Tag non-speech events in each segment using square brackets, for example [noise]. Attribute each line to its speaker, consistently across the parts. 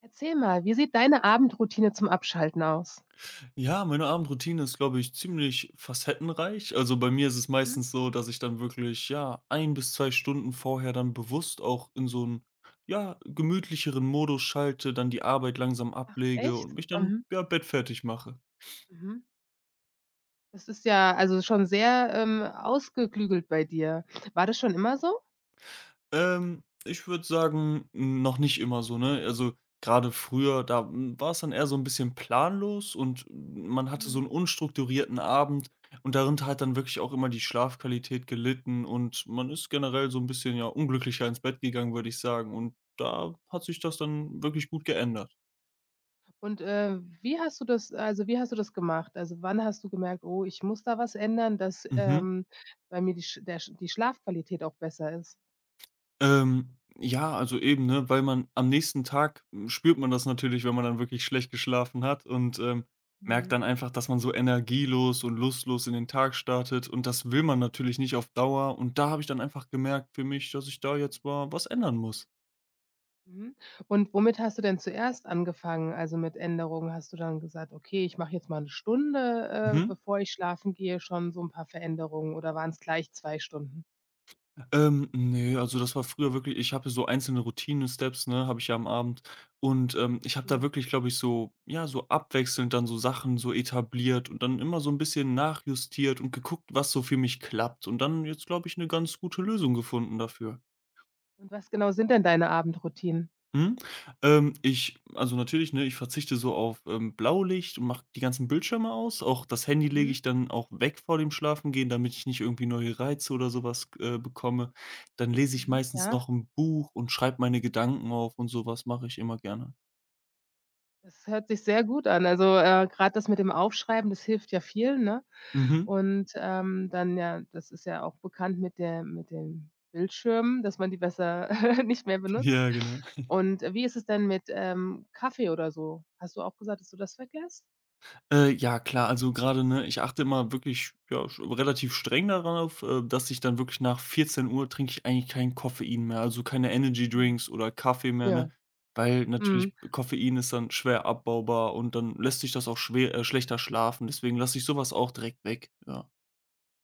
Speaker 1: Erzähl mal, wie sieht deine Abendroutine zum Abschalten aus?
Speaker 2: Ja, meine Abendroutine ist, glaube ich, ziemlich facettenreich. Also bei mir ist es
Speaker 1: Mhm.
Speaker 2: meistens so, dass ich dann wirklich, ja, 1 bis 2 Stunden vorher dann bewusst auch in so 'n, ja, gemütlicheren Modus schalte, dann die Arbeit langsam ablege
Speaker 1: Echt?
Speaker 2: und mich dann,
Speaker 1: Mhm.
Speaker 2: ja, bettfertig mache.
Speaker 1: Mhm. Das ist ja, also, schon sehr, ausgeklügelt bei dir. War das schon immer so?
Speaker 2: Ich würde sagen, noch nicht immer so, ne? Also, gerade früher, da, war es dann eher so ein bisschen planlos und man hatte so
Speaker 1: Mhm.
Speaker 2: einen unstrukturierten Abend und darunter hat dann wirklich auch immer die Schlafqualität gelitten und man ist generell so ein bisschen, ja, unglücklicher ins Bett gegangen, würde ich sagen. Und da hat sich das dann wirklich gut geändert.
Speaker 1: Und, wie hast du das wie hast du das gemacht? Also, wann hast du gemerkt: „Oh, ich muss da was ändern, dass,
Speaker 2: Mhm.
Speaker 1: bei mir die Sch der Sch die Schlafqualität auch besser ist?“
Speaker 2: Ja, also eben, ne, weil man am nächsten Tag spürt man das natürlich, wenn man dann wirklich schlecht geschlafen hat und, merkt
Speaker 1: Mhm.
Speaker 2: dann einfach, dass man so energielos und lustlos in den Tag startet und das will man natürlich nicht auf Dauer und da habe ich dann einfach gemerkt für mich, dass ich da jetzt mal was ändern muss.
Speaker 1: Mhm. Und womit hast du denn zuerst angefangen? Also, mit Änderungen? Hast du dann gesagt: „Okay, ich mache jetzt mal eine Stunde,
Speaker 2: Mhm.
Speaker 1: bevor ich schlafen gehe, schon so ein paar Veränderungen“, oder waren es gleich 2 Stunden?
Speaker 2: Ne, also das war früher wirklich, ich habe so einzelne Routinen-Steps, ne, habe ich ja am Abend. Und, ich habe da
Speaker 1: Mhm.
Speaker 2: wirklich, glaube ich, so ja, so abwechselnd dann so Sachen so etabliert und dann immer so ein bisschen nachjustiert und geguckt, was so für mich klappt und dann jetzt, glaube ich, eine ganz gute Lösung gefunden dafür.
Speaker 1: Und was genau sind denn deine Abendroutinen?
Speaker 2: Mhm. Ich, also natürlich, ne, ich verzichte so auf, Blaulicht und mache die ganzen Bildschirme aus. Auch das Handy lege
Speaker 1: Mhm,
Speaker 2: ich dann auch weg vor dem Schlafengehen, damit ich nicht irgendwie neue Reize oder sowas bekomme. Dann lese ich
Speaker 1: mhm.
Speaker 2: meistens
Speaker 1: Ja,
Speaker 2: noch ein Buch und schreibe meine Gedanken auf und sowas mache ich immer gerne.
Speaker 1: das hört sich sehr gut an. Also, grad das mit dem Aufschreiben, das hilft ja vielen, ne?
Speaker 2: Mhm.
Speaker 1: Und, dann ja das ist ja auch bekannt mit der mit den Bildschirmen, dass man die besser [laughs] nicht mehr benutzt.
Speaker 2: [laughs] Ja, genau.
Speaker 1: Und wie ist es denn mit, Kaffee oder so? Hast du auch gesagt, dass du das vergisst?
Speaker 2: Ja klar, also gerade, ne, ich achte immer wirklich, ja, sch relativ streng darauf, dass ich dann wirklich nach 14 Uhr trinke ich eigentlich kein Koffein mehr, also keine Energy
Speaker 1: Mhm.
Speaker 2: Drinks oder Kaffee mehr,
Speaker 1: Ja.
Speaker 2: ne? Weil
Speaker 1: Mhm.
Speaker 2: natürlich Koffein ist dann schwer abbaubar und dann lässt sich das auch schwer schlechter schlafen, deswegen lasse ich sowas auch direkt weg, ja.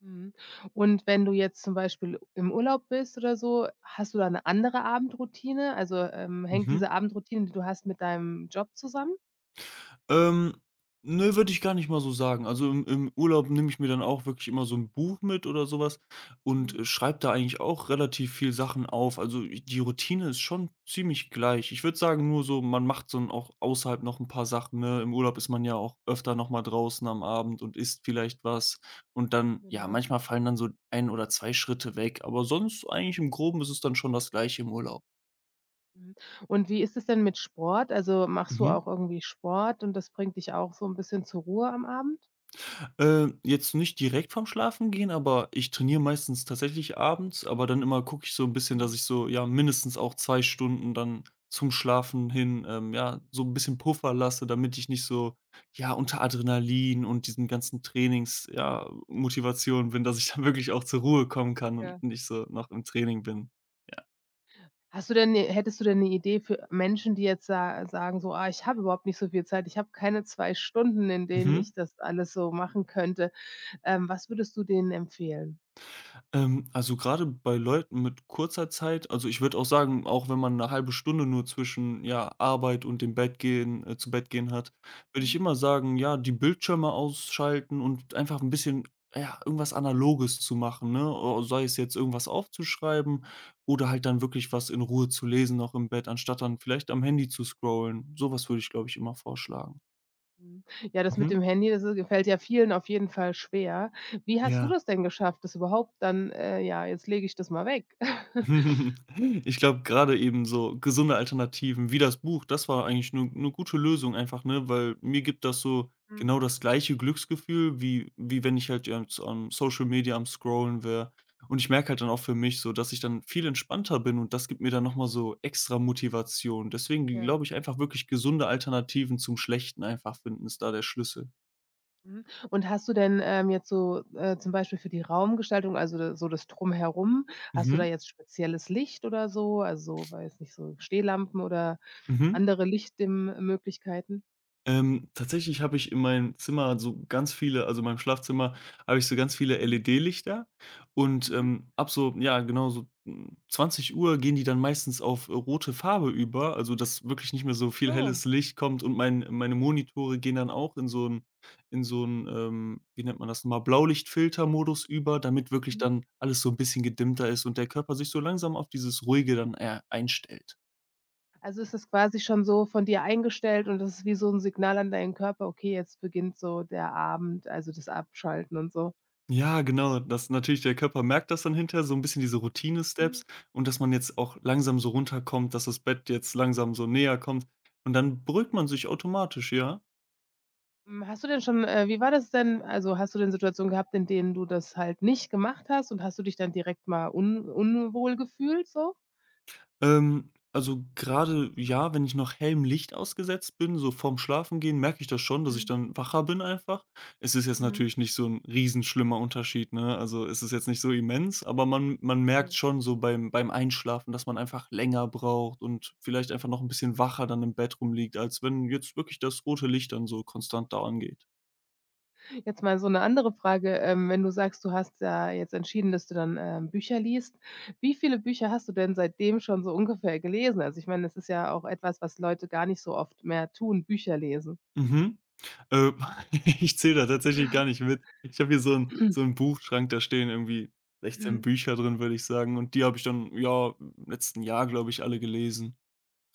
Speaker 1: Mhm. Und wenn du jetzt zum Beispiel im Urlaub bist oder so, hast du da eine andere Abendroutine? Also, hängt
Speaker 2: Mhm.
Speaker 1: diese Abendroutine, die du hast, mit deinem Job zusammen?
Speaker 2: Ähm, ne, würde ich gar nicht mal so sagen. Also, im Urlaub nehme ich mir dann auch wirklich immer so ein Buch mit oder sowas und,
Speaker 1: Mhm.
Speaker 2: schreibe da eigentlich auch relativ viel Sachen auf. Also, i die Routine ist schon ziemlich gleich. Ich würde sagen, nur so, man macht so 'n auch außerhalb noch ein paar Sachen, ne? Im Urlaub ist man ja auch öfter noch mal draußen am Abend und isst vielleicht was und dann, ja,
Speaker 1: Genau.
Speaker 2: manchmal fallen dann so ein oder 2 Schritte weg, aber sonst eigentlich im Groben ist es dann schon das Gleiche im Urlaub.
Speaker 1: Mhm. Und wie ist es denn mit Sport? Also, machst du
Speaker 2: Mhm.
Speaker 1: auch irgendwie Sport und das bringt dich auch so 'n bisschen zur Ruhe am Abend?
Speaker 2: Jetzt nicht direkt vorm Schlafen gehen, aber ich trainiere meistens tatsächlich abends, aber dann immer gucke ich so ein bisschen, dass
Speaker 1: Mhm,
Speaker 2: ich so, ja, mindestens auch 2 Stunden dann zum Schlafen hin, ja, so ein bisschen Puffer lasse, damit ich nicht so, ja, unter Adrenalin und diesen ganzen Trainings, ja, Motivation bin, dass ich [laughs] dann wirklich auch zur Ruhe kommen kann
Speaker 1: ja.
Speaker 2: und nicht so noch im Training bin. Ja.
Speaker 1: Hast du denn 'ne hättest du denn 'ne Idee für Menschen, die jetzt sa sagen so: „Ah, ich habe überhaupt nicht so viel Zeit. Ich habe keine 2 Stunden, in denen
Speaker 2: Mhm.
Speaker 1: ich das alles so machen könnte.“ Was würdest du denen empfehlen?
Speaker 2: Also gerade bei Leuten mit kurzer Zeit, also ich würde auch sagen, auch wenn man eine halbe Stunde nur zwischen, ja, Arbeit und dem Bettgehen zu Bett gehen hat, würde ich
Speaker 1: Mhm.
Speaker 2: immer sagen, ja, die Bildschirme ausschalten und einfach ein bisschen, ja, irgendwas Analoges zu machen, ne? O sei es jetzt irgendwas aufzuschreiben oder halt dann wirklich was in Ruhe zu lesen noch im Bett, anstatt dann vielleicht am Handy zu scrollen. Sowas würde ich, glaube ich, immer vorschlagen.
Speaker 1: Mhm. Ja, das mit
Speaker 2: Mhm.
Speaker 1: dem Handy, das, gefällt ja vielen auf jeden Fall schwer. Wie hast du
Speaker 2: Ja.
Speaker 1: das denn geschafft, das überhaupt dann, ja, jetzt lege ich das mal weg?
Speaker 2: [laughs] Ich glaube, gerade eben so gesunde Alternativen wie das Buch, das war eigentlich eine gute Lösung einfach, ne, weil mir gibt das so
Speaker 1: Mhm,
Speaker 2: genau das gleiche Glücksgefühl, wie wenn ich halt jetzt am Social Media am Scrollen wäre. Und ich merke halt dann auch für mich so, dass ich dann viel entspannter bin und das gibt mir dann noch mal so extra Motivation. Deswegen,
Speaker 1: ja.
Speaker 2: glaube ich, einfach wirklich gesunde Alternativen zum Schlechten einfach finden, ist da der Schlüssel.
Speaker 1: Mhm. Und hast du denn, jetzt so, zum Beispiel für die Raumgestaltung, also da so das Drumherum, hast du da
Speaker 2: Mhm,
Speaker 1: jetzt spezielles Licht oder so? Also, weiß nicht, so Stehlampen oder
Speaker 2: mhm.
Speaker 1: andere Lichtdim Möglichkeiten?
Speaker 2: Tatsächlich habe ich in meinem Zimmer so ganz viele, also in meinem Schlafzimmer habe ich so ganz viele
Speaker 1: Mhm.
Speaker 2: LED-Lichter und,
Speaker 1: Mhm.
Speaker 2: ab so, ja, genau so, Uhr gehen die dann meistens auf, rote Farbe über, also dass wirklich nicht mehr so
Speaker 1: Ach
Speaker 2: viel
Speaker 1: so.
Speaker 2: helles Licht kommt und meine Monitore gehen dann auch in so 'n in so 'n, wie nennt man das noch mal, Blaulichtfiltermodus über, damit wirklich
Speaker 1: Mhm.
Speaker 2: dann alles so ein bisschen gedimmter ist und der Körper sich so langsam auf dieses Ruhige dann, einstellt.
Speaker 1: Also ist das quasi schon so von dir eingestellt und das ist wie so ein Signal an deinen Körper: „Okay, jetzt beginnt so der Abend, also das Abschalten und so.“
Speaker 2: Ja, genau, dass natürlich der Körper merkt das dann hinterher so ein bisschen diese Routine-Steps, und dass man jetzt auch langsam so runterkommt, dass das Bett jetzt langsam so näher kommt und dann beruhigt man sich automatisch, ja.
Speaker 1: Hm, hast du denn schon wie war das denn? Also, hast du denn Situationen gehabt, in denen du das halt nicht gemacht hast und hast du dich dann direkt mal un unwohl gefühlt so?
Speaker 2: Also gerade, ja, wenn ich noch hellem Licht ausgesetzt bin, so vorm Schlafengehen, merke ich das schon, dass ich
Speaker 1: Mhm,
Speaker 2: dann wacher bin einfach. Es ist jetzt
Speaker 1: mhm.
Speaker 2: natürlich nicht so ein riesenschlimmer Unterschied, ne? Also, es ist jetzt nicht so immens, aber man
Speaker 1: Ja.
Speaker 2: merkt schon so beim Einschlafen, dass man einfach länger braucht und vielleicht einfach noch ein bisschen wacher dann im Bett rumliegt, als wenn jetzt wirklich das rote Licht dann so konstant da angeht.
Speaker 1: Jetzt mal so eine andere Frage, wenn du sagst, du hast ja jetzt entschieden, dass du dann, Bücher liest. Wie viele Bücher hast du denn seitdem schon so ungefähr gelesen? Also, ich meine, das ist ja auch etwas, was Leute gar nicht so oft mehr tun, Bücher lesen.
Speaker 2: Mhm. Äh, [laughs] Ich zähle da tatsächlich gar nicht mit. Ich habe hier so 'n
Speaker 1: [clears throat]
Speaker 2: Buchschrank, da stehen irgendwie 16
Speaker 1: Mhm,
Speaker 2: Bücher drin, würde ich sagen. Und die habe ich dann, ja, im letzten Jahr, glaube ich, alle gelesen.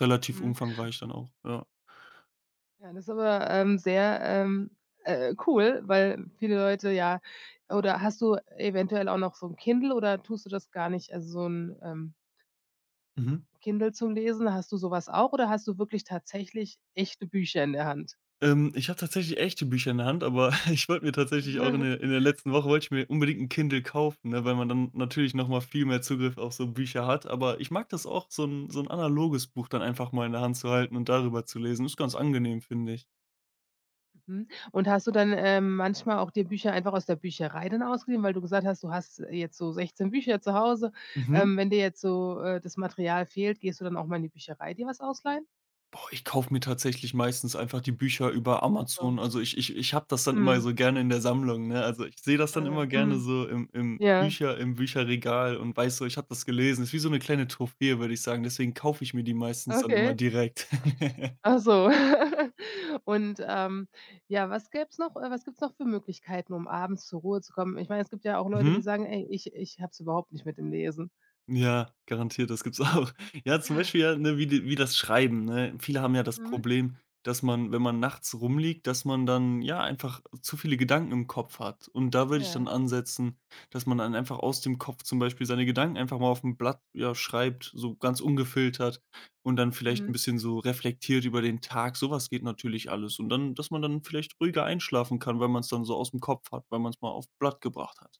Speaker 2: Relativ
Speaker 1: mhm.
Speaker 2: umfangreich dann auch, ja.
Speaker 1: Ja, das ist aber, sehr, cool, weil viele Leute ja oder hast du eventuell auch noch so 'n Kindle oder tust du das gar nicht? Also, so 'n,
Speaker 2: Mhm.
Speaker 1: Kindle zum Lesen, hast du so was auch oder hast du wirklich tatsächlich echte Bücher in der Hand?
Speaker 2: Ich habe tatsächlich echte Bücher in der Hand, aber [laughs] ich wollte mir tatsächlich auch in
Speaker 1: [laughs]
Speaker 2: der in der letzten Woche wollte ich mir unbedingt 'n Kindle kaufen, ne, weil man dann natürlich noch mal viel mehr Zugriff auf so Bücher hat. Aber ich mag das auch, so ein analoges Buch dann einfach mal in der Hand zu halten und darüber zu lesen. Ist ganz angenehm, finde ich.
Speaker 1: Mhm. Und hast du dann, manchmal auch dir Bücher einfach aus der Bücherei dann ausgeliehen, weil du gesagt hast, du hast jetzt so 16 Bücher zu Hause.
Speaker 2: Mhm.
Speaker 1: Wenn dir jetzt so, das Material fehlt, gehst du dann auch mal in die Bücherei dir was ausleihen?
Speaker 2: Boah, ich kaufe mir tatsächlich meistens einfach die Bücher über
Speaker 1: Ach so.
Speaker 2: Amazon. Also, ich habe das dann immer
Speaker 1: Mhm.
Speaker 2: so gerne in der Sammlung, ne? Also, ich sehe das dann immer gerne
Speaker 1: Mhm.
Speaker 2: so im im
Speaker 1: Ja,
Speaker 2: Bücher im Bücherregal und weiß so, ich habe das gelesen. Ist wie so eine kleine Trophäe, würde ich sagen. Deswegen kaufe ich mir die meistens dann immer
Speaker 1: okay.
Speaker 2: direkt. [laughs]
Speaker 1: Ach so. [laughs] Und, ja, was gäb's noch was gibt's noch für Möglichkeiten, um abends zur Ruhe zu kommen? Ich meine, es gibt ja auch Leute, die
Speaker 2: Mhm.
Speaker 1: sagen: „Ey, ich habe es überhaupt nicht mit dem Lesen.“
Speaker 2: Ja, garantiert, das gibt's [laughs] auch. Ja, zum Beispiel ja, ne, wie das Schreiben, ne? Viele haben ja das
Speaker 1: Mhm.
Speaker 2: Problem, dass man, wenn man nachts rumliegt, dass man dann, ja, einfach zu viele Gedanken im Kopf hat. Und da würde ich
Speaker 1: Ja.
Speaker 2: dann ansetzen, dass man dann einfach aus dem Kopf zum Beispiel seine Gedanken einfach mal auf ein Blatt, ja, schreibt, so ganz ungefiltert und dann vielleicht ein
Speaker 1: Mhm.
Speaker 2: bisschen so reflektiert über den Tag. Sowas geht natürlich alles. Und dann, dass man dann vielleicht ruhiger einschlafen kann, weil man es dann so aus dem Kopf hat, weil man es mal auf Blatt gebracht hat.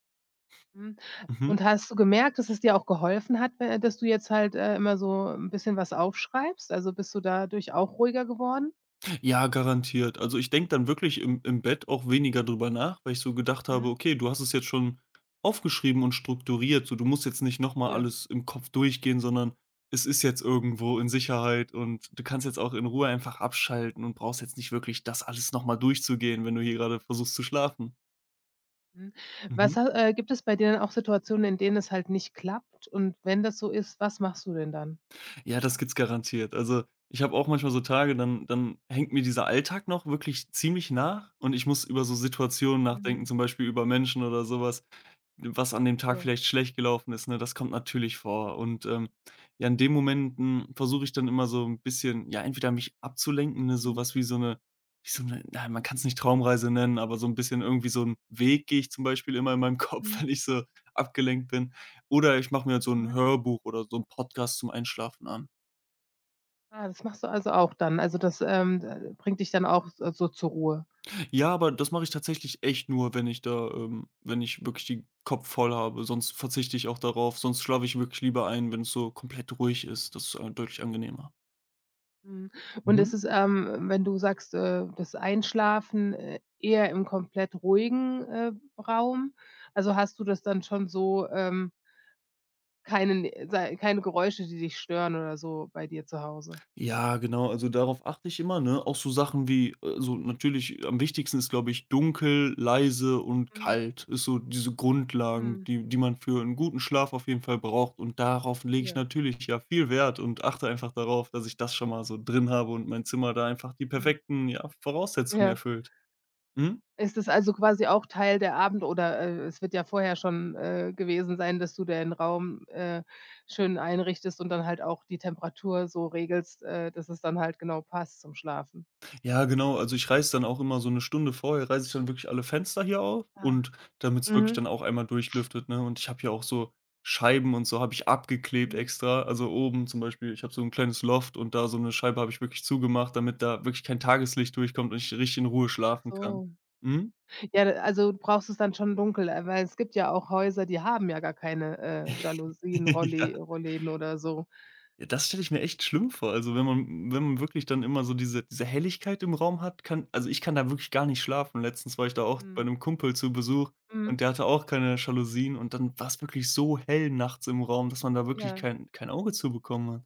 Speaker 1: Mhm. Und
Speaker 2: Mhm.
Speaker 1: hast du gemerkt, dass es dir auch geholfen hat, dass du jetzt halt, immer so ein bisschen was aufschreibst? Also, bist du dadurch auch ruhiger geworden?
Speaker 2: Ja, garantiert. Also, ich denke dann wirklich im Bett auch weniger drüber nach, weil ich so gedacht habe:
Speaker 1: Mhm.
Speaker 2: „Okay, du hast es jetzt schon aufgeschrieben und strukturiert, so, du musst jetzt nicht noch mal
Speaker 1: Ja.
Speaker 2: alles im Kopf durchgehen, sondern es ist jetzt irgendwo in Sicherheit und du kannst jetzt auch in Ruhe einfach abschalten und brauchst jetzt nicht wirklich das alles noch mal durchzugehen, wenn du hier gerade versuchst zu schlafen."
Speaker 1: Mhm. Was
Speaker 2: Mhm.
Speaker 1: ha Gibt es bei dir denn auch Situationen, in denen es halt nicht klappt? Und wenn das so ist, was machst du denn dann?
Speaker 2: Ja, das gibt's garantiert. Also, ich habe auch manchmal so Tage, dann hängt mir dieser Alltag noch wirklich ziemlich nach und ich muss über so Situationen
Speaker 1: Mhm.
Speaker 2: nachdenken, zum Beispiel über Menschen oder sowas, was an dem Tag
Speaker 1: Ja.
Speaker 2: vielleicht schlecht gelaufen ist, ne? Das kommt natürlich vor. Und, ja, in den Momenten versuche ich dann immer so ein bisschen, ja, entweder mich abzulenken, ne, so
Speaker 1: Mhm.
Speaker 2: was wie so eine, wie so 'ne, na, man kann's nicht Traumreise nennen, aber so ein bisschen irgendwie, so einen Weg gehe ich zum Beispiel immer in meinem Kopf,
Speaker 1: Mhm.
Speaker 2: [laughs] wenn ich so abgelenkt bin. Oder ich mache mir halt so ein
Speaker 1: Mhm.
Speaker 2: Hörbuch oder so ein Podcast zum Einschlafen an.
Speaker 1: Ah, das machst du also auch dann. Also, das, d bringt dich dann auch s so zur Ruhe.
Speaker 2: Ja, aber das mache ich tatsächlich echt nur, wenn ich wirklich den Kopf voll habe, sonst verzichte ich auch darauf, sonst schlafe ich wirklich lieber ein, wenn es so komplett ruhig ist. Das ist, deutlich angenehmer.
Speaker 1: Mhm. Und
Speaker 2: Mhm.
Speaker 1: ist es, wenn du sagst, das Einschlafen, eher im komplett ruhigen, Raum? Also, hast du das dann schon so, keine Geräusche, die dich stören oder so bei dir zu Hause?
Speaker 2: Ja, genau, also darauf achte ich immer, ne? Auch so Sachen wie so, natürlich am wichtigsten ist, glaube ich, dunkel, leise und
Speaker 1: Mhm,
Speaker 2: kalt ist so diese Grundlagen,
Speaker 1: mhm,
Speaker 2: die man für einen guten Schlaf auf jeden Fall braucht, und darauf lege ich
Speaker 1: ja,
Speaker 2: natürlich, ja, viel Wert und achte einfach darauf, dass ich das schon mal so drin habe und mein Zimmer da einfach die
Speaker 1: mhm.
Speaker 2: perfekten, ja, Voraussetzungen
Speaker 1: Ja.
Speaker 2: erfüllt. Mhm.
Speaker 1: Ist es also quasi auch Teil es wird ja vorher schon, gewesen sein, dass du den Raum, schön einrichtest und dann halt auch die Temperatur so regelst, dass es dann halt genau passt zum Schlafen?
Speaker 2: Ja, genau. Also, ich reiße dann auch immer so eine Stunde vorher reiße ich dann wirklich alle Fenster hier auf
Speaker 1: Ah.
Speaker 2: und damit's wirklich
Speaker 1: Mhm.
Speaker 2: dann auch einmal durchlüftet, ne? Und ich habe hier auch so Scheiben und so habe ich abgeklebt
Speaker 1: Mhm.
Speaker 2: extra. Also, oben zum Beispiel ich habe so ein kleines Loft und da so eine Scheibe habe ich wirklich zugemacht, damit da wirklich kein Tageslicht durchkommt und ich richtig in Ruhe
Speaker 1: Ach
Speaker 2: schlafen kann.
Speaker 1: so.
Speaker 2: Mhm.
Speaker 1: Ja, d also, du brauchst es dann schon dunkel, weil es gibt ja auch Häuser, die haben ja gar keine,
Speaker 2: [laughs]
Speaker 1: Jalousien,
Speaker 2: Ja.
Speaker 1: Rolli Rolläden oder so.
Speaker 2: Ja, das stelle ich mir echt schlimm vor. Also, wenn man wirklich dann immer so diese Helligkeit im Raum hat, kann also, ich kann da wirklich gar nicht schlafen. Letztens war ich da auch bei
Speaker 1: Mhm.
Speaker 2: einem Kumpel zu Besuch
Speaker 1: Mhm.
Speaker 2: und der hatte auch keine Jalousien und dann war es wirklich so hell nachts im Raum, dass man da wirklich
Speaker 1: Ja.
Speaker 2: kein Auge zu bekommen hat.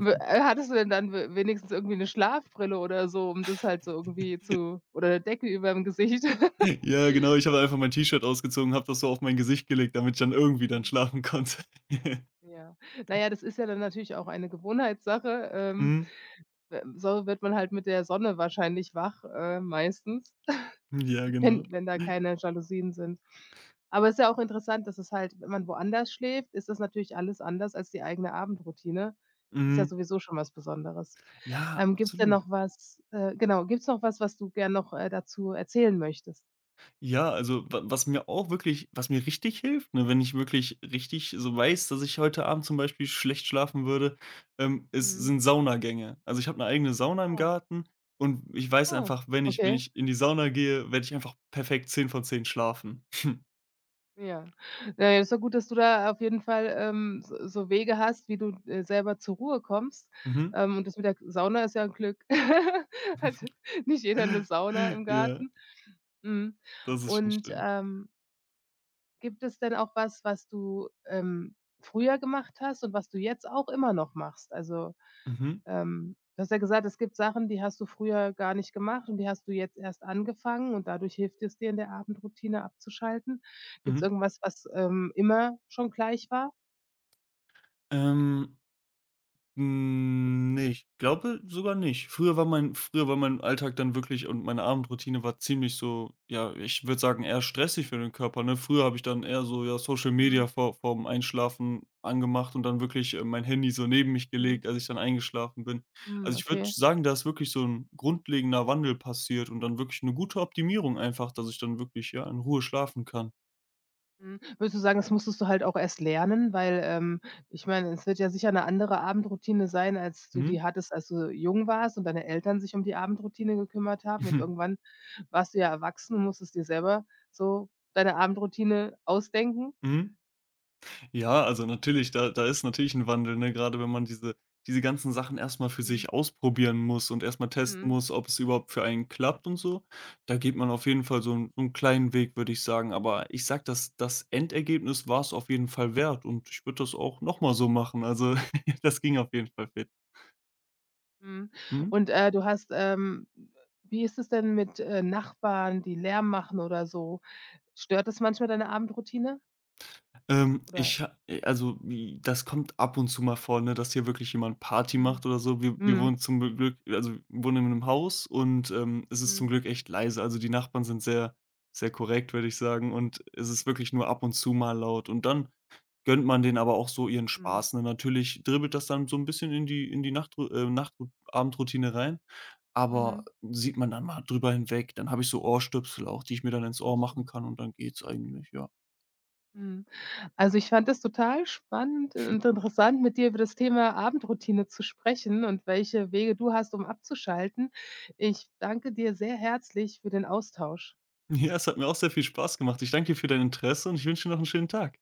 Speaker 1: W Hattest du denn dann we wenigstens irgendwie 'ne Schlafbrille oder so, um das halt so irgendwie zu oder 'ne Decke überm Gesicht? [laughs]
Speaker 2: [laughs] Ja, genau, ich habe einfach mein T-Shirt ausgezogen, habe das so auf mein Gesicht gelegt, damit ich dann irgendwie dann
Speaker 1: Mhm,
Speaker 2: schlafen konnte. [laughs]
Speaker 1: ja. Na ja, das ist ja dann natürlich auch eine Gewohnheitssache.
Speaker 2: Mhm.
Speaker 1: We So wird man halt mit der Sonne wahrscheinlich wach, meistens, [laughs]
Speaker 2: Ja, genau.
Speaker 1: wenn da keine Jalousien sind. Aber ist ja auch interessant, dass es halt wenn man woanders schläft, ist das natürlich alles anders als die eigene Abendroutine. Ist ja
Speaker 2: Mhm.
Speaker 1: sowieso schon was Besonderes.
Speaker 2: Ja,
Speaker 1: Gibt's denn
Speaker 2: absolut.
Speaker 1: noch was genau, gibt's noch was, was du gern noch, dazu erzählen möchtest?
Speaker 2: Ja, also wa was mir auch wirklich was mir richtig hilft, ne, wenn ich wirklich richtig so weiß, dass ich heute Abend zum Beispiel schlecht schlafen würde, ist
Speaker 1: Mhm.
Speaker 2: sind Saunagänge. Also, ich habe eine eigene Sauna im
Speaker 1: Ah,
Speaker 2: Garten und ich weiß
Speaker 1: oh,
Speaker 2: einfach, wenn ich wenn
Speaker 1: okay.
Speaker 2: ich in die Sauna gehe, werde ich einfach perfekt 10 von 10 schlafen.
Speaker 1: Ja. Na ja, ist doch gut, dass du da auf jeden Fall, so so Wege hast, wie du, selber zur Ruhe kommst.
Speaker 2: Mhm.
Speaker 1: Und das mit der Sauna ist ja 'n Glück. [laughs] Hat nicht jeder 'ne
Speaker 2: [laughs]
Speaker 1: Sauna im
Speaker 2: Ja,
Speaker 1: Garten. Mhm.
Speaker 2: das ist schon
Speaker 1: Und,
Speaker 2: schön.
Speaker 1: gibt es denn auch was, was du, früher gemacht hast und was du jetzt auch immer noch machst? Also
Speaker 2: Mhm,
Speaker 1: Du hast ja gesagt, es gibt Sachen, die hast du früher gar nicht gemacht und die hast du jetzt erst angefangen und dadurch hilft es dir in der Abendroutine abzuschalten. Gibt's
Speaker 2: mhm.
Speaker 1: irgendwas, was, immer schon gleich war?
Speaker 2: Ähm Hm, ne, ich glaube sogar nicht. Früher war mein Alltag dann wirklich und meine Abendroutine war ziemlich so, ja, ich würde sagen, eher stressig für den Körper, ne? Früher habe ich dann eher so, ja, Social
Speaker 1: Mhm,
Speaker 2: Media vorm Einschlafen angemacht und dann wirklich, mein Handy so neben mich
Speaker 1: mhm.
Speaker 2: gelegt, als ich dann eingeschlafen bin.
Speaker 1: Hm,
Speaker 2: Also, ich würde
Speaker 1: okay.
Speaker 2: sagen, da ist wirklich so ein grundlegender Wandel passiert und dann wirklich eine gute Optimierung einfach, dass ich dann wirklich, ja, in Ruhe schlafen kann.
Speaker 1: Mhm. Würdest du sagen, das musstest du halt auch erst lernen, weil, ich meine, es wird ja sicher eine andere Abendroutine sein, als du
Speaker 2: Mhm.
Speaker 1: die hattest, als du jung warst und deine Eltern sich um die Abendroutine gekümmert haben und
Speaker 2: Mhm.
Speaker 1: irgendwann warst du ja erwachsen und musstest dir selber so deine Abendroutine ausdenken?
Speaker 2: [laughs] Mhm. Ja, also natürlich, da ist natürlich ein Wandel, ne? Gerade wenn man diese ganzen Sachen erstmal für
Speaker 1: Mhm,
Speaker 2: sich ausprobieren muss und erstmal testen
Speaker 1: mhm.
Speaker 2: muss, ob es überhaupt für einen klappt und so. Da geht man auf jeden Fall so 'n kleinen Weg, würde ich sagen. Aber ich sag, dass das Endergebnis war es auf jeden Fall wert und ich würde das auch noch mal so machen. Also, [laughs] das ging auf jeden Fall fit.
Speaker 1: Mhm.
Speaker 2: Mhm.
Speaker 1: Und, du hast, wie ist es denn mit, Nachbarn, die Lärm machen oder so? Stört das manchmal deine Abendroutine? Oder
Speaker 2: Ich ha Also, j das kommt ab und zu mal vor, ne, dass hier wirklich jemand Party
Speaker 1: mhm,
Speaker 2: macht oder so. Wir
Speaker 1: mhm,
Speaker 2: wohnen zum Glück also, wir wohnen in einem Haus und, es ist zum
Speaker 1: mhm,
Speaker 2: Glück echt leise. Also, die Nachbarn sind sehr, sehr korrekt, würde ich sagen, und es ist wirklich nur ab und zu mal laut. Und dann gönnt man denen aber auch so ihren
Speaker 1: mhm,
Speaker 2: Spaß, ne? Natürlich dribbelt das dann so ein bisschen in die Nacht Abendroutine rein, aber
Speaker 1: mhm.
Speaker 2: sieht man dann mal drüber hinweg. Dann habe ich so Ohrstöpsel auch, die ich mir dann ins
Speaker 1: Ach
Speaker 2: Ohr
Speaker 1: so,
Speaker 2: machen kann und dann geht's eigentlich, ja.
Speaker 1: mhm. Also, ich fand es total spannend und interessant, mit dir über das Thema Abendroutine zu sprechen und welche Wege du hast, um abzuschalten. Ich danke dir sehr herzlich für den Austausch.
Speaker 2: Ja, es hat mir auch sehr viel Spaß gemacht. Ich danke dir für dein Interesse und ich wünsche dir noch einen schönen Tag.